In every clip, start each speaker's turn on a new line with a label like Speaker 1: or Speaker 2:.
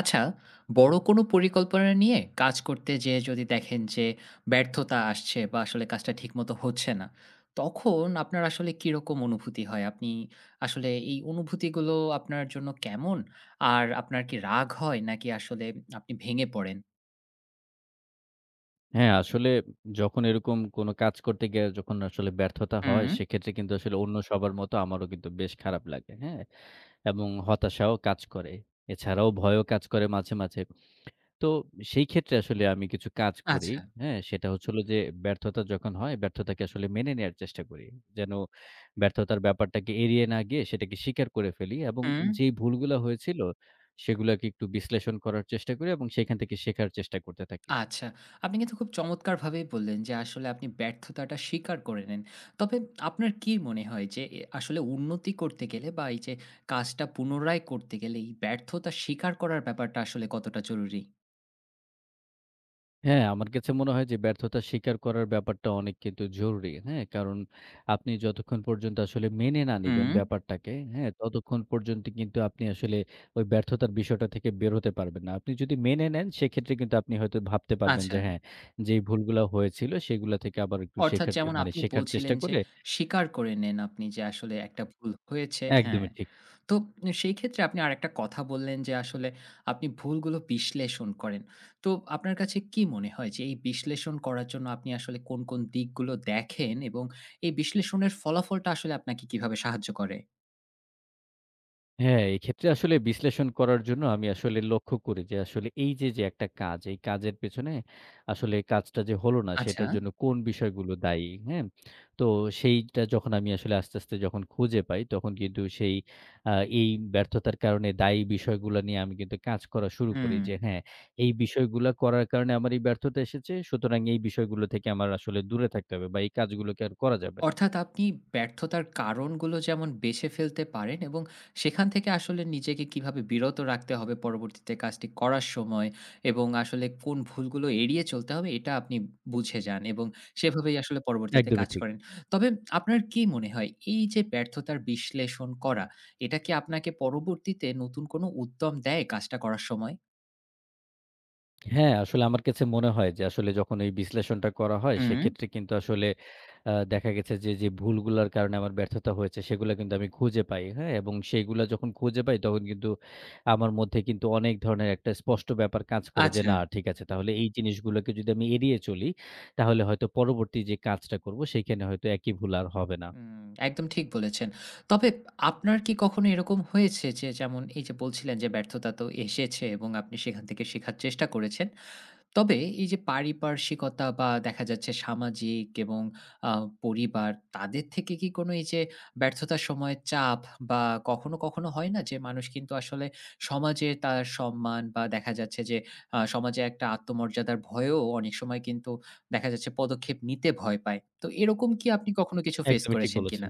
Speaker 1: আচ্ছা, বড় কোনো পরিকল্পনা নিয়ে কাজ করতে যেয়ে যদি দেখেন যে ব্যর্থতা আসছে বা আসলে কাজটা ঠিকমতো হচ্ছে না, তখন আপনার আসলে কিরকম অনুভূতি হয়? আপনি আসলে এই অনুভূতিগুলো আপনার জন্য কেমন? আর আপনার কি রাগ হয় নাকি আসলে আপনি ভেঙে পড়েন?
Speaker 2: হ্যাঁ, আসলে যখন এরকম কোনো কাজ করতে গিয়ে যখন আসলে ব্যর্থতা
Speaker 1: হুম,
Speaker 2: হয়, সেক্ষেত্রে কিন্তু আসলে অন্য সবার মতো আমারও কিন্তু বেশ খারাপ লাগে, হ্যাঁ? এবং হতাশাও কাজ করে। এছাড়াও ভয়ও কাজ করে মাঝে, মাঝে। তো সেই ক্ষেত্রে আসলে আমি কিছু কাজ করি,
Speaker 1: আচ্ছা।
Speaker 2: হ্যাঁ? সেটা হচ্ছে হলো যে ব্যর্থতা যখন হয়, ব্যর্থতাকে আসলে মেনে নেয়ার চেষ্টা করি। যেন ব্যর্থতার ব্যাপারটাকে এড়িয়ে না গিয়ে সেটাকে স্বীকার করে ফেলি এবং
Speaker 1: হুম।
Speaker 2: যেই ভুলগুলা হয়েছিল, সেগুলাকে একটু বিশ্লেষণ করার চেষ্টা করি এবং সেখান থেকে শেখার চেষ্টা করতে থাকি।
Speaker 1: আচ্ছা। আপনি কিন্তু খুব চমৎকারভাবেই বললেন যে আসলে আপনি ব্যর্থতাটা স্বীকার করে নেন। তবে আপনার কি মনে হয় যে এ আসলে উন্নতি করতে গেলে বা এই যে কাজটা পুনরায় করতে গেলে এই ব্যর্থতা স্বীকার করার ব্যাপারটা আসলে কতটা জরুরি?
Speaker 2: হ্যাঁ, আমার কাছে মনে হয় যে ব্যর্থতা স্বীকার করার ব্যাপারটা অনেক কিন্তু জরুরি। হ্যাঁ? কারণ আপনি যতক্ষণ পর্যন্ত আসলে মেনে না নিবেন
Speaker 1: হুম,
Speaker 2: ব্যাপারটাকে, হ্যাঁ? ততক্ষণ পর্যন্ত কিন্তু আপনি আসলে ওই ব্যর্থতার বিষয়টা থেকে বের হতে পারবেন না। আপনি যদি মেনে নেন সেক্ষেত্রে কিন্তু আপনি হয়তো ভাবতে পারবেন
Speaker 1: আচ্ছা।
Speaker 2: যে হ্যাঁ, যেই ভুলগুলা হয়েছিল সেগুলা থেকে আবার একটু
Speaker 1: অর্থাৎ
Speaker 2: শেখার চে
Speaker 1: যেমন
Speaker 2: মানে
Speaker 1: আপনি
Speaker 2: শেখার
Speaker 1: বলছিলেন
Speaker 2: চেষ্টা
Speaker 1: যে
Speaker 2: করে
Speaker 1: স্বীকার করে নেন আপনি যে আসলে একটা ভুল হয়েছে হ্যাঁ।
Speaker 2: একদমই ঠিক।
Speaker 1: তো সেই ক্ষেত্রে আপনি আরেকটা কথা বললেন যে আসলে আপনি ভুলগুলো বিশ্লেষণ করেন। তো আপনার কাছে কি মনে হয় যে এই বিশ্লেষণ করার জন্য আপনি আসলে কোন, কোন দিকগুলো দেখেন এবং এই বিশ্লেষণের ফলাফলটা আসলে আপনাকে কিভাবে সাহায্য করে?
Speaker 2: হ্যাঁ, এক্ষেত্রে আসলে বিশ্লেষণ করার জন্য আমি আসলে লক্ষ্য করি যে আসলে এই যে, যে একটা কাজ, এই কাজের পেছনে আসলে কাজটা যে হলো না
Speaker 1: আচ্ছা।
Speaker 2: সেটার জন্য কোন বিষয়গুলো দায়ী, হ্যাঁ? তো সেইটা যখন আমি আসলে আস্তে, আস্তে যখন খুঁজে পাই তখন কিন্তু সেই আ এই ব্যর্থতার কারণে দায়ী বিষয়গুলা নিয়ে আমি কিন্তু কাজ করা শুরু করি
Speaker 1: হুম।
Speaker 2: যে হ্যাঁ, এই বিষয়গুলা করার কারণে আমার এই ব্যর্থতা এসেছে। সুতরাং এই বিষয়গুলো থেকে আমার আসলে দূরে থাকতে হবে বা এই কাজগুলোকে আর করা যাবে না।
Speaker 1: অর্থাৎ আপনি ব্যর্থতার কারণগুলো যেমন বেছে ফেলতে পারেন এবং সেখান থেকে আসলে নিজেকে কিভাবে বিরত রাখতে হবে পরবর্তীতে কাজটি করার সময় এবং আসলে কোন ভুলগুলো এড়িয়ে চলতে হবে এটা আপনি বুঝে যান এবং সেভাবেই আসলে পরবর্তীতে
Speaker 2: একদমই
Speaker 1: কাজ
Speaker 2: ঠিক।
Speaker 1: করেন। তবে আপনার কি মনে হয় এই যে ব্যর্থতার বিশ্লেষণ করা, এটা কি আপনাকে পরবর্তীতে নতুন কোনো উদ্যম দেয় কাজটা করার সময়?
Speaker 2: হ্যাঁ, আসলে আমার কাছে মনে হয় যে আসলে যখন এই বিশ্লেষণটা করা হয়
Speaker 1: হুম,
Speaker 2: সেক্ষেত্রে কিন্তু আসলে দেখা গেছে যে, যে ভুলগুলার কারণে আমার ব্যর্থতা হয়েছে সেগুলা কিন্তু আমি খুঁজে পাই। হ্যাঁ? এবং সেইগুলা যখন খুঁজে পাই তখন কিন্তু আমার মধ্যে কিন্তু অনেক ধরনের একটা স্পষ্ট ব্যাপার কাজ করে যে,
Speaker 1: আচ্ছা।
Speaker 2: না ঠিক আছে তাহলে এই জিনিসগুলোকে যদি আমি এড়িয়ে চলি তাহলে হয়তো পরবর্তী যে কাজটা করব সেইখানে হয়তো একই ভুল আর হবে না।
Speaker 1: হুম, একদম ঠিক বলেছেন। তবে আপনার কি কখনো এরকম হয়েছে যে যেমন এই যে বলছিলেন যে ব্যর্থতা তো এসেছে এবং আপনি সেখান থেকে শেখার চেষ্টা করেছেন। তবে এই যে পারিপার্শ্বিকতা বা দেখা যাচ্ছে সামাজিক এবং আ পরিবার তাদের থেকে কি কোনো এই যে ব্যর্থতার সময় চাপ বা কখনো, কখনো হয় না যে মানুষ কিন্তু আসলে সমাজে তার সম্মান বা দেখা যাচ্ছে যে সমাজে একটা আত্মমর্যাদার ভয়েও অনেক সময় কিন্তু দেখা যাচ্ছে পদক্ষেপ নিতে ভয় পায়। তো এরকম কি আপনি কখনো কিছু ফেস
Speaker 2: একদমই ঠিক
Speaker 1: করেছেন কিনা?
Speaker 2: বলেছেন।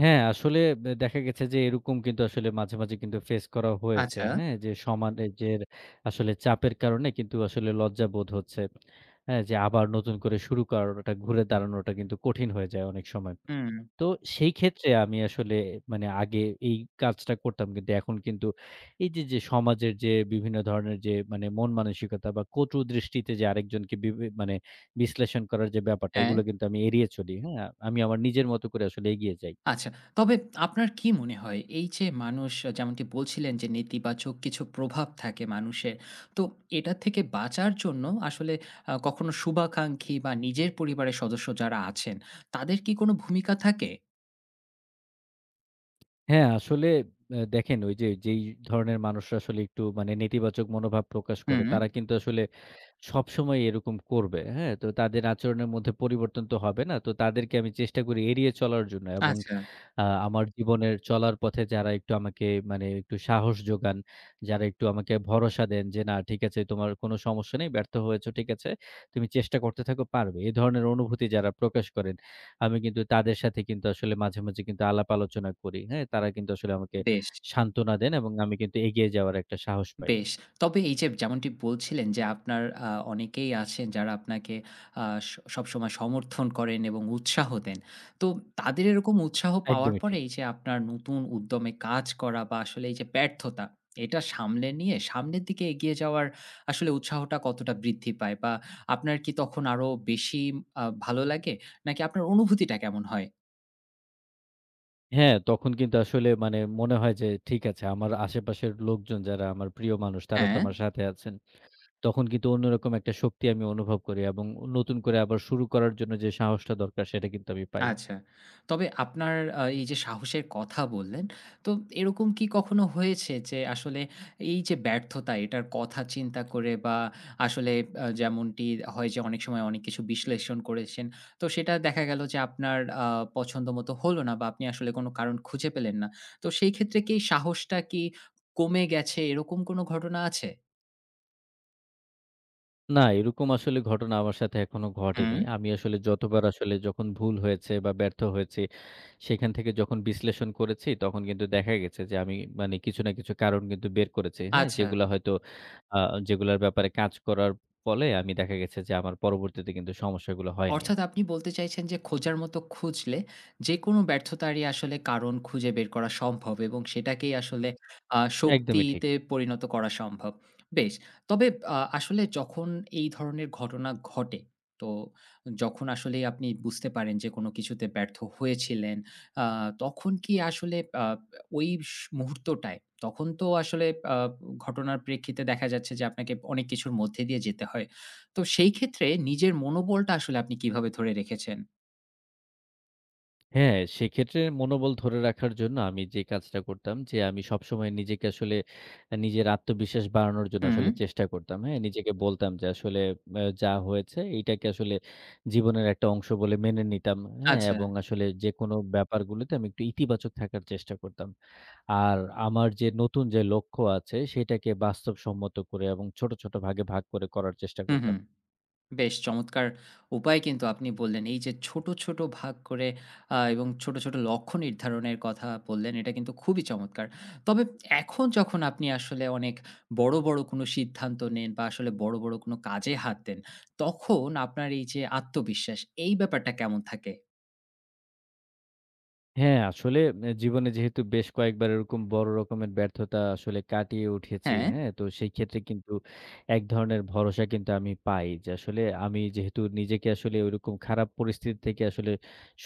Speaker 2: হ্যাঁ, আসলে দেখা গেছে যে এরকম কিন্তু আসলে মাঝে, মাঝে কিন্তু ফেস করা হয়েছে।
Speaker 1: আচ্ছা।
Speaker 2: হ্যাঁ? যে সমাজের আসলে চাপের কারণে কিন্তু আসলে লজ্জাবোধ হচ্ছে। হ্যাঁ? যে আবার নতুন করে শুরু করাটা, ঘুরে দাঁড়ানোটা কিন্তু কঠিন হয়ে যায় অনেক সময়।
Speaker 1: হুম।
Speaker 2: তো সেই ক্ষেত্রে আমি আসলে মানে আগে এই কাজটা করতাম। কিন্তু এখন কিন্তু এই যে, যে সমাজের যে বিভিন্ন ধরনের যে মানে মন মানসিকতা বা কটু দৃষ্টিতে যে আরেকজনকে বিভি মানে বিশ্লেষণ করার যে ব্যাপারটা,
Speaker 1: হ্যাঁ।
Speaker 2: এগুলো কিন্তু আমি এড়িয়ে চলি। হ্যাঁ? আমি আমার নিজের মতো করে আসলে এগিয়ে যাই।
Speaker 1: আচ্ছা। তবে আপনার কি মনে হয় এই যে মানুষ যেমনটি বলছিলেন যে নেতিবাচক কিছু প্রভাব থাকে মানুষের। তো এটা থেকে বাঁচার জন্য আসলে কখনো শুভাকাঙ্ক্ষী বা নিজের পরিবারের সদস্য যারা আছেন তাদের কি কোনো ভূমিকা থাকে?
Speaker 2: হ্যাঁ, আসলে দেখেন ওই যে যেই ধরনের মানুষরা আসলে একটু মানে নেতিবাচক মনোভাব প্রকাশ করে
Speaker 1: হুম,
Speaker 2: তারা কিন্তু আসলে সবসময় এরকম করবে। হ্যাঁ? তো তাদের আচরণের মধ্যে পরিবর্তন তো হবে না। তো তাদেরকে আমি চেষ্টা করি এড়িয়ে চলার জন্য এবং
Speaker 1: আচ্ছা
Speaker 2: আ আমার জীবনের চলার পথে যারা একটু আমাকে মানে একটু সাহস যোগান, যারা একটু আমাকে ভরসা দেন যে, "না ঠিক আছে তোমার কোনো সমস্যা নেই, ব্যর্থ হয়েছো ঠিক আছে। তুমি চেষ্টা করতে থাকো পারবে।" এ ধরনের অনুভূতি যারা প্রকাশ করেন, আমি কিন্তু তাদের সাথে কিন্তু আসলে মাঝে, মাঝে কিন্তু আলাপ আলোচনা করি। হ্যাঁ? তারা কিন্তু আসলে আমাকে
Speaker 1: বেশ।
Speaker 2: সান্ত্বনা দেন এবং আমি কিন্তু এগিয়ে যাওয়ার একটা সাহস পাই।
Speaker 1: বেশ। তবে এই যে যেমনটি বলছিলেন যে আপনার অনেকেই আছেন যারা আপনাকে আ স সবসময় সমর্থন করেন এবং উৎসাহ দেন। তো তাদের এরকম উৎসাহ পাওয়ার
Speaker 2: একদমই
Speaker 1: পরে
Speaker 2: ঠিক।
Speaker 1: এই যে আপনার নতুন উদ্যমে কাজ করা বা আসলে এই যে ব্যর্থতা, এটা সামলে নিয়ে সামনের দিকে এগিয়ে যাওয়ার আসলে উৎসাহটা কতটা বৃদ্ধি পায়? বা আপনার কি তখন আরো বেশি ভালো লাগে? নাকি আপনার অনুভূতিটা কেমন হয়?
Speaker 2: হ্যাঁ, তখন কিন্তু আসলে মানে মনে হয় যে ঠিক আছে আমার আশেপাশের লোকজন যারা আমার প্রিয় মানুষ তারা তো
Speaker 1: হ্যাঁ।
Speaker 2: আমার সাথে আছেন। তখন কিন্তু অন্যরকম একটা শক্তি আমি অনুভব করি এবং নতুন করে আবার শুরু করার জন্য যে সাহসটা দরকার সেটা কিন্তু আমি পাই।
Speaker 1: আচ্ছা। তবে আপনার এই যে সাহসের কথা বললেন, তো এরকম কি কখনো হয়েছে যে আসলে এই যে ব্যর্থতা এটার কথা চিন্তা করে বা আসলে যেমনটি হয় যে অনেক সময় অনেক কিছু বিশ্লেষণ করেছেন, তো সেটা দেখা গেল যে আপনার পছন্দমতো হলো না বা আপনি আসলে কোনো কারণ খুঁজে পেলেন না। তো সেই ক্ষেত্রে কি সাহসটা কি কমে গেছে এরকম কোনো ঘটনা আছে?
Speaker 2: না, এরকম আসলে ঘটনা আমার সাথে এখনো
Speaker 1: হুম।
Speaker 2: ঘটেনি। আমি আসলে যতবার আসলে যখন ভুল হয়েছে বা ব্যর্থ হয়েছি, সেখান থেকে যখন বিশ্লেষণ করেছি তখন কিন্তু দেখা গেছে যে আমি মানে কিছু না কিছু কারণ কিন্তু বের করেছি। হ্যাঁ?
Speaker 1: আচ্ছা।
Speaker 2: যেগুলা হয়তো আ যেগুলার ব্যাপারে কাজ করার ফলে আমি দেখা গেছে যে আমার পরবর্তীতে কিন্তু সমস্যাগুলো হয়নি।
Speaker 1: অর্থাৎ আপনি বলতে চাইছেন যে খোঁজার মতো খুঁজলে যেকোনো ব্যর্থতারই আসলে কারণ খুঁজে বের করা সম্ভব এবং সেটাকেই আসলে
Speaker 2: একদমই ঠিক।
Speaker 1: শক্তিতে পরিণত করা সম্ভব। বেশ। তবে আসলে যখন এই ধরনের ঘটনা ঘটে, তো যখন আসলেই আপনি বুঝতে পারেন যে কোনো কিছুতে ব্যর্থ হয়েছিলেন, আ তখন কি আসলে ওই মুহূর্তটায় তখন তো আসলে আ ঘটনার প্রেক্ষিতে দেখা যাচ্ছে যে আপনাকে অনেক কিছুর মধ্যে দিয়ে যেতে হয়। তো সেই ক্ষেত্রে নিজের মনোবলটা আসলে আপনি কিভাবে ধরে রেখেছেন?
Speaker 2: হ্যাঁ, সেক্ষেত্রে মনোবল ধরে রাখার জন্য আমি যে কাজটা করতাম যে, আমি সবসময় নিজেকে আসলে নিজের আত্মবিশ্বাস বাড়ানোর জন্য
Speaker 1: হুম,
Speaker 2: আসলে চেষ্টা করতাম। হ্যাঁ? নিজেকে বলতাম যে আসলে যা হয়েছে এইটাকে আসলে জীবনের একটা অংশ বলে মেনে নিতাম। হ্যাঁ?
Speaker 1: আচ্ছা।
Speaker 2: এবং আসলে যেকোনো ব্যাপারগুলোতে আমি একটু ইতিবাচক থাকার চেষ্টা করতাম। আর আমার যে নতুন যে লক্ষ্য আছে সেটাকে বাস্তবসম্মত করে এবং ছোট, ছোট ভাগে ভাগ করে করার চেষ্টা
Speaker 1: হুম,
Speaker 2: করতাম।
Speaker 1: হুম। বেশ চমৎকার উপায় কিন্তু আপনি বললেন। এই যে ছোট, ছোট ভাগ করে এবং ছোট, ছোট লক্ষ্য নির্ধারণের কথা বললেন, এটা কিন্তু খুবই চমৎকার। তবে এখন যখন আপনি আসলে অনেক বড়, বড় কোনো সিদ্ধান্ত নেন বা আসলে বড়, বড় কোনো কাজে হাত দেন, তখন আপনার এই যে আত্মবিশ্বাস, এই ব্যাপারটা কেমন থাকে?
Speaker 2: হ্যাঁ, আসলে এ জীবনে যেহেতু বেশ কয়েকবার এরকম বড় রকমের ব্যর্থতা আসলে কাটিয়ে উঠেছি,
Speaker 1: হ্যাঁ,
Speaker 2: হ্যাঁ? তো সেই ক্ষেত্রে কিন্তু এক ধরনের ভরসা কিন্তু আমি পাই যে আসলে আমি যেহেতু নিজেকে আসলে ওইরকম খারাপ পরিস্থিতি থেকে আসলে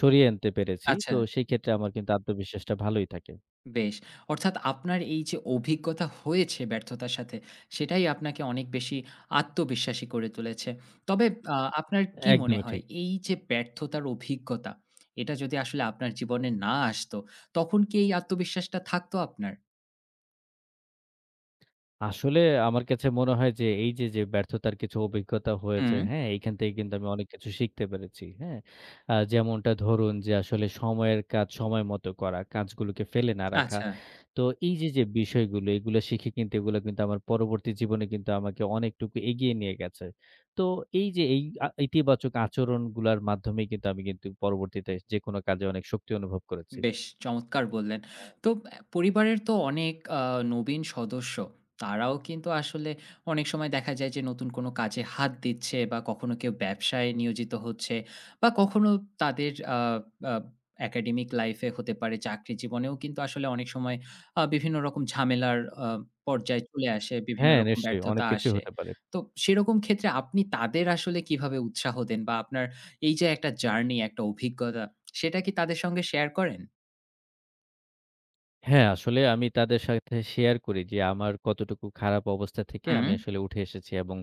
Speaker 2: সরিয়ে আনতে পেরেছি,
Speaker 1: আচ্ছা।
Speaker 2: তো সেই ক্ষেত্রে আমার কিন্তু আত্মবিশ্বাসটা ভালোই থাকে।
Speaker 1: বেশ। অর্থাৎ আপনার এই যে অভিজ্ঞতা হয়েছে ব্যর্থতার সাথে, সেটাই আপনাকে অনেক বেশি আত্মবিশ্বাসী করে তুলেছে। তবে আপনার কি মনে
Speaker 2: একদমই
Speaker 1: হয়
Speaker 2: ঠিক।
Speaker 1: এই যে ব্যর্থতার অভিজ্ঞতা, এটা যদি আসলে আপনার জীবনে না আসতো, তখন কি এই আত্মবিশ্বাসটা থাকতো আপনার?
Speaker 2: আসলে আমার কাছে মনে হয় যে এই যে, যে ব্যর্থতার কিছু অভিজ্ঞতা হয়েছে,
Speaker 1: হুম,
Speaker 2: হ্যাঁ? এইখান থেকে কিন্তু আমি অনেক কিছু শিখতে পেরেছি, হ্যাঁ? যেমনটা ধরুন যে আসলে সময়ের কাজ সময় মতো করা, কাজগুলোকে ফেলে না রাখা।
Speaker 1: আচ্ছা।
Speaker 2: তো এই যে, যে বিষয়গুলো এগুলো শিখে কিন্তু এগুলো কিন্তু আমার পরবর্তী জীবনে কিন্তু আমাকে অনেকটুকু এগিয়ে নিয়ে গেছে। তো এই যে এই ইতিবাচক আচরণগুলার মাধ্যমেই কিন্তু আমি কিন্তু পরবর্তীতে যেকোনো কাজে অনেক শক্তি অনুভব করেছি।
Speaker 1: বেশ চমৎকার বললেন। তো পরিবারের তো অনেক নবীন সদস্য। তারাও কিন্তু আসলে অনেক সময় দেখা যায় যে নতুন কোনো কাজে হাত দিচ্ছে বা কখনো কেউ ব্যবসায় নিয়োজিত হচ্ছে বা কখনো তাদের আ আ একাডেমিক লাইফ এ হতে পারে চাকরি জীবনেও কিন্তু আসলে অনেক সময় বিভিন্ন রকম ঝামেলার আ পর্যায়ে চলে আসে, বিভিন্ন
Speaker 2: হ্যাঁ,
Speaker 1: রকম
Speaker 2: নিশ্চয়ই
Speaker 1: ব্যর্থতা
Speaker 2: অনেক কিছুই
Speaker 1: আসে।
Speaker 2: হতে পারে।
Speaker 1: তো সেরকম ক্ষেত্রে আপনি তাদের আসলে কিভাবে উৎসাহ দেন বা আপনার এই যে একটা জার্নি, একটা অভিজ্ঞতা সেটা কি তাদের সঙ্গে শেয়ার করেন?
Speaker 2: হ্যাঁ, আসলে আমি তাদের সাথে শেয়ার করি যে আমার কতটুকু খারাপ অবস্থা থেকে
Speaker 1: হুম,
Speaker 2: আমি আসলে উঠে এসেছি এবং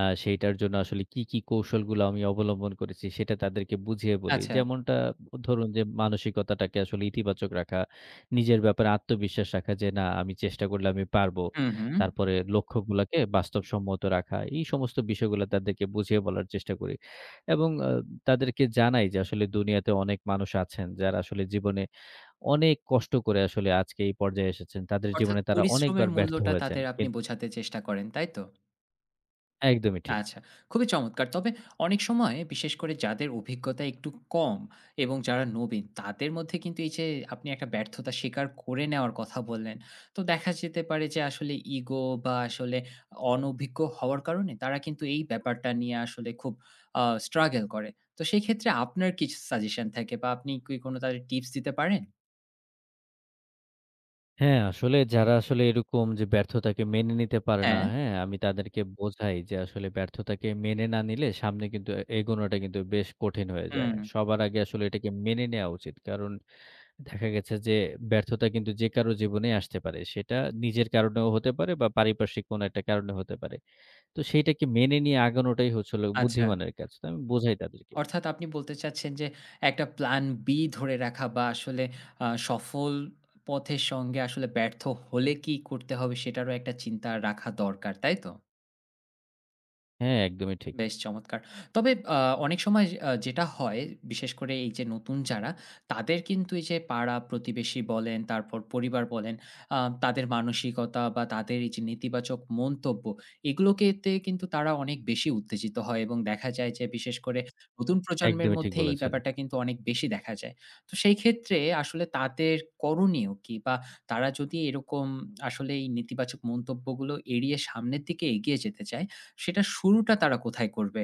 Speaker 2: সেইটার জন্য আসলে কি, কি কৌশলগুলো আমি অবলম্বন করেছি সেটা তাদেরকে বুঝিয়ে বলি।
Speaker 1: আচ্ছা।
Speaker 2: যেমনটা ধরুন যে মানসিকতাটাকে আসলে ইতিবাচক রাখা, নিজের ব্যাপারে আত্মবিশ্বাস রাখা যে না আমি চেষ্টা করলে আমি পারবো।
Speaker 1: হুম, হুম।
Speaker 2: তারপরে লক্ষ্যগুলাকে বাস্তবসম্মত রাখা। এই সমস্ত বিষয়গুলো তাদেরকে বুঝিয়ে বলার চেষ্টা করি এবং তাদেরকে জানাই যে আসলে দুনিয়াতে অনেক মানুষ আছেন যারা আসলে জীবনে অনেক কষ্ট করে আসলে আজকে এই পর্যায়ে এসেছেন। তাদের
Speaker 1: অর্থাৎ
Speaker 2: জীবনে তারা
Speaker 1: পরিশ্রমের
Speaker 2: অনেকবার ব্যর্থ
Speaker 1: মূল্যটা
Speaker 2: হয়েছেন।
Speaker 1: তাদের আপনি
Speaker 2: কিন্তু
Speaker 1: বোঝাতে চেষ্টা করেন, তাই তো?
Speaker 2: একদমই ঠিক।
Speaker 1: আচ্ছা, খুবই চমৎকার। তবে অনেক সময় বিশেষ করে যাদের অভিজ্ঞতা একটু কম এবং যারা নবীন তাদের মধ্যে কিন্তু এই যে আপনি একটা ব্যর্থতা স্বীকার করে নেওয়ার কথা বললেন। তো দেখা যেতে পারে যে আসলে ইগো বা আসলে অনভিজ্ঞ হওয়ার কারণে তারা কিন্তু এই ব্যাপারটা নিয়ে আসলে খুব struggle করে। তো সেই ক্ষেত্রে আপনার কি সাজেশন থাকে বা আপনি কি কোনো তাদের টিপস দিতে পারেন?
Speaker 2: হ্যাঁ, আসলে যারা আসলে এরকম যে ব্যর্থতাকে মেনে নিতে পারে না,
Speaker 1: হ্যাঁ,
Speaker 2: হ্যাঁ? আমি তাদেরকে বোঝাই যে আসলে ব্যর্থতাকে মেনে না নিলে সামনে কিন্তু এগোনোটা কিন্তু বেশ কঠিন হয়ে যায়।
Speaker 1: হুম,
Speaker 2: সবার আগে আসলে এটাকে মেনে নেওয়া উচিত। কারণ দেখা গেছে যে ব্যর্থতা কিন্তু যে কারো জীবনেই আসতে পারে। সেটা নিজের কারণেও হতে পারে বা পারিপার্শ্বিক কোনো একটা কারণে হতে পারে। তো সেইটাকে মেনে নিয়ে আগানোটাই হচ্ছে হলো
Speaker 1: আচ্ছা।
Speaker 2: বুদ্ধিমানের কাজ। তো আমি বোঝাই তাদেরকে।
Speaker 1: অর্থাৎ আপনি বলতে চাচ্ছেন যে একটা প্ল্যান বি ধরে রাখা বা আসলে সফল পথের সঙ্গে আসলে ব্যর্থ হলে কি করতে হবে সেটারও একটা চিন্তা রাখা দরকার, তাই তো?
Speaker 2: হ্যাঁ, একদমই ঠিক।
Speaker 1: বেশ চমৎকার। তবে অনেক সময় যেটা হয়, বিশেষ করে এই যে নতুন যারা, তাদের কিন্তু এই যে পাড়া-প্রতিবেশী বলেন, তারপর পরিবার বলেন, আ তাদের মানসিকতা বা তাদের এই যে নেতিবাচক মন্তব্য, এগুলোকেতে কিন্তু তারা অনেক বেশি উত্তেজিত হয় এবং দেখা যায় যে বিশেষ করে নতুন প্রজন্মের
Speaker 2: একদমই ঠিক
Speaker 1: মধ্যে এই
Speaker 2: বলেছেন।
Speaker 1: ব্যাপারটা কিন্তু অনেক বেশি দেখা যায়। তো সেই ক্ষেত্রে আসলে তাদের করণীয় কি? বা তারা যদি এরকম আসলে এই নেতিবাচক মন্তব্যগুলো এড়িয়ে সামনের দিকে এগিয়ে যেতে চায় সেটার শুরুটা তারা কোথায় করবে?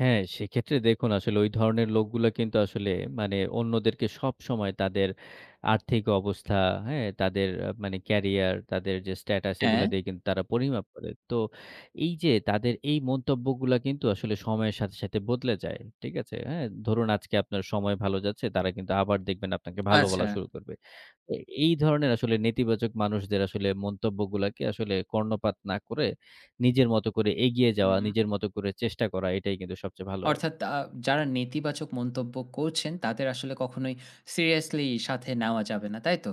Speaker 2: হ্যাঁ, সেক্ষেত্রে দেখুন আসলে ওই ধরনের লোকগুলা কিন্তু আসলে মানে অন্যদেরকে সবসময় তাদের আর্থিক অবস্থা, হ্যাঁ? তাদের মানে ক্যারিয়ার, তাদের যে স্ট্যাটাস
Speaker 1: হ্যাঁ।
Speaker 2: এগুলা দিয়ে কিন্তু তারা পরিমাপ করে। তো এই যে তাদের এই মন্তব্যগুলা কিন্তু আসলে সময়ের সাথে, সাথে বদলে যায়। ঠিক আছে? হ্যাঁ? ধরুন আজকে আপনার সময় ভালো যাচ্ছে, তারা কিন্তু আবার দেখবেন আপনাকে ভালো
Speaker 1: আচ্ছা।
Speaker 2: বলা শুরু করবে। এ এই ধরনের আসলে নেতিবাচক মানুষদের আসলে মন্তব্যগুলাকে আসলে কর্ণপাত না করে, নিজের মতো করে এগিয়ে যাওয়া,
Speaker 1: হুম।
Speaker 2: নিজের মতো করে চেষ্টা করা এটাই কিন্তু সবচেয়ে ভালো হবে।
Speaker 1: অর্থাৎ যারা নেতিবাচক মন্তব্য করছেন তাদের আসলে কখনোই সিরিয়াসলি সাথে নেওয়া যাবে না, তাই তো?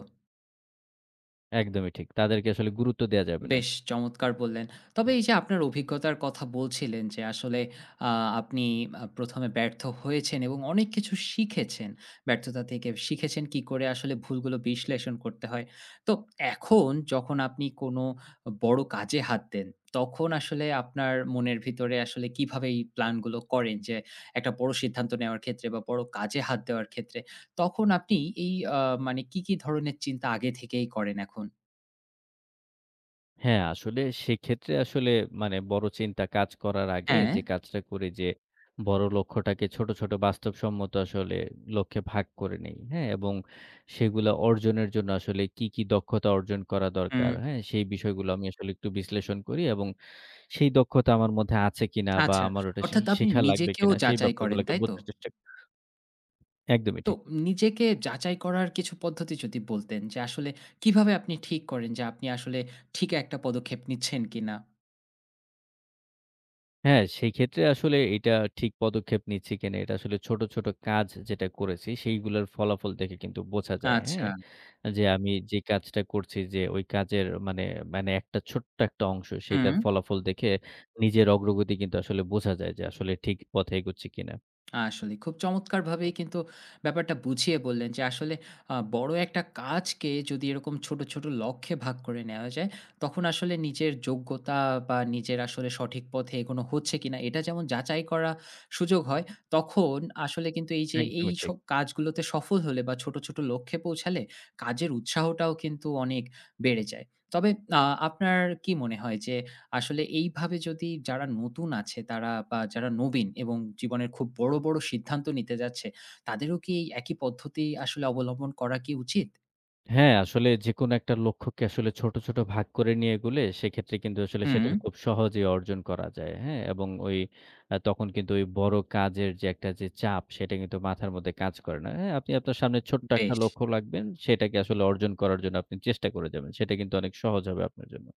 Speaker 2: একদমই ঠিক। তাদেরকে আসলে গুরুত্ব দেয়া যাবে না।
Speaker 1: বেশ চমৎকার বললেন। তবে এই যে আপনার অভিজ্ঞতার কথা বলছিলেন যে আসলে আ আপনি প্রথম এ ব্যর্থ হয়েছেন এবং অনেক কিছু শিখেছেন। ব্যর্থতা থেকে শিখেছেন কি করে আসলে ভুলগুলো বিশ্লেষণ করতে হয়। তো এখন যখন আপনি কোনো বড় কাজে হাত দেন, তখন আসলে আপনার মনের ভিতরে আসলে কিভাবে এই প্ল্যানগুলো করেন? যে একটা বড় সিদ্ধান্ত নেওয়ার ক্ষেত্রে বা বড় কাজে হাত দেওয়ার ক্ষেত্রে, তখন আপনি এই মানে কি, কি ধরনের চিন্তা আগে থেকেই করেন এখন?
Speaker 2: হ্যাঁ, আসলে সেক্ষেত্রে আসলে মানে বড় চিন্তা কাজ করার আগে
Speaker 1: হ্যাঁ,
Speaker 2: যে কাজটা করি যে, বড় লক্ষ্যটাকে ছোট, ছোট বাস্তবসম্মত আসলে লক্ষ্যে ভাগ করে নেই। হ্যাঁ? এবং সেগুলা অর্জনের জন্য আসলে কি, কি দক্ষতা অর্জন করা
Speaker 1: হুম।
Speaker 2: দরকার, হ্যাঁ? সেই বিষয়গুলো আমি আসলে একটু বিশ্লেষণ করি এবং সেই দক্ষতা আমার মধ্যে আছে কিনা বা
Speaker 1: আচ্ছা।
Speaker 2: আমার ওটা
Speaker 1: অর্থাৎ আপনি
Speaker 2: শেখা লাগবে
Speaker 1: নিজেকেও
Speaker 2: কিনা সেই
Speaker 1: যাচাই করেন,
Speaker 2: ব্যাপারগুলোকে
Speaker 1: তাই তো?
Speaker 2: বোঝার চেষ্টা করি। একদমই
Speaker 1: তো
Speaker 2: ঠিক।
Speaker 1: নিজেকে যাচাই করার কিছু পদ্ধতি যদি বলতেন যে আসলে কিভাবে আপনি ঠিক করেন যে আপনি আসলে ঠিক একটা পদক্ষেপ নিচ্ছেন কিনা?
Speaker 2: হ্যাঁ, সেই ক্ষেত্রে আসলে এটা ঠিক পদক্ষেপ নিচ্ছি কিনা এটা আসলে ছোট, ছোট কাজ যেটা করেছি সেইগুলোর ফলাফল দেখে কিন্তু বোঝা যায়,
Speaker 1: আচ্ছা।
Speaker 2: হ্যাঁ? যে আমি যে কাজটা করছি যে ওই কাজের মানে, মানে একটা ছোট্ট একটা অংশ
Speaker 1: হুম।
Speaker 2: সেটার ফলাফল দেখে নিজের অগ্রগতি কিন্তু আসলে বোঝা যায় যে আসলে ঠিক পথে এগোচ্ছি কিনা।
Speaker 1: আসলেই খুব চমৎকারভাবেই কিন্তু ব্যাপারটা বুঝিয়ে বললেন যে আসলে বড় একটা কাজকে যদি এরকম ছোট, ছোট লক্ষ্যে ভাগ করে নেওয়া যায়, তখন আসলে নিজের যোগ্যতা বা নিজের আসলে সঠিক পথে এগোনো হচ্ছে কিনা এটা যেমন যাচাই করা সুযোগ হয়, তখন আসলে কিন্তু এই যে এই
Speaker 2: একদমই ঠিক।
Speaker 1: সব কাজগুলোতে সফল হলে বা ছোট, ছোট লক্ষ্যে পৌঁছালে কাজের উৎসাহটাও কিন্তু অনেক বেড়ে যায়। তবে আ আপনার কি মনে হয় যে আসলে এইভাবে যদি যারা নতুন আছে তারা বা যারা নবীন এবং জীবনের খুব বড়, বড় সিদ্ধান্ত নিতে যাচ্ছে, তাদেরও কি এই একই পদ্ধতি আসলে অবলম্বন করা কি উচিত?
Speaker 2: হ্যাঁ, আসলে যেকোনো একটা লক্ষ্যকে আসলে ছোট, ছোট ভাগ করে নিয়ে এগোলে সেক্ষেত্রে কিন্তু আসলে হুম।
Speaker 1: হুম,
Speaker 2: সেটা খুব সহজেই অর্জন করা যায়। হ্যাঁ? এবং ওই তখন কিন্তু ওই বড় কাজের যে একটা যে চাপ সেটা কিন্তু মাথার মধ্যে কাজ করে না। হ্যাঁ? আপনি আপনার সামনে ছোট্ট একটা
Speaker 1: বেশ।
Speaker 2: লক্ষ্য রাখবেন, সেটাকে আসলে অর্জন করার জন্য আপনি চেষ্টা করে যাবেন। সেটা কিন্তু অনেক সহজ হবে আপনার জন্য।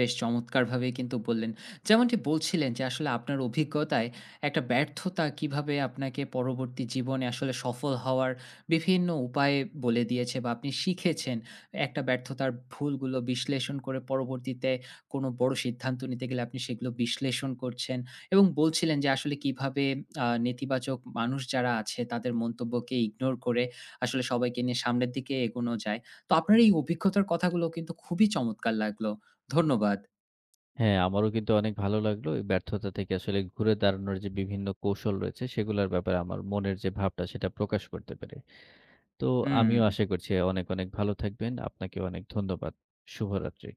Speaker 1: বেশ চমৎকারভাবেই কিন্তু বললেন। যেমনটি বলছিলেন যে আসলে আপনার অভিজ্ঞতায় একটা ব্যর্থতা কিভাবে আপনাকে পরবর্তী জীবনে আসলে সফল হওয়ার বিভিন্ন উপায় বলে দিয়েছে বা আপনি শিখেছেন। একটা ব্যর্থতার ভুলগুলো বিশ্লেষণ করে পরবর্তীতে কোনো বড় সিদ্ধান্ত নিতে গেলে আপনি সেগুলো বিশ্লেষণ করছেন এবং বলছিলেন যে আসলে কিভাবে নেতিবাচক মানুষ যারা আছে তাদের মন্তব্যকে ইগনোর করে আসলে সবাইকে নিয়ে সামনের দিকে এগোনো যায়। তো আপনার এই অভিজ্ঞতার কথাগুলো কিন্তু খুবই চমৎকার লাগলো। ধন্যবাদ।
Speaker 2: হ্যাঁ, আমারও কিন্তু অনেক ভালো লাগলো। এই ব্যর্থতা থেকে আসলে ঘুরে দাঁড়ানোর যে বিভিন্ন কৌশল রয়েছে সেগুলার ব্যাপারে আমার মনের যে ভাবটা সেটা প্রকাশ করতে পেরে। তো
Speaker 1: হুম।
Speaker 2: আমিও আশা করছি অনেক, অনেক ভালো থাকবেন। আপনাকে অনেক ধন্যবাদ। শুভরাত্রি।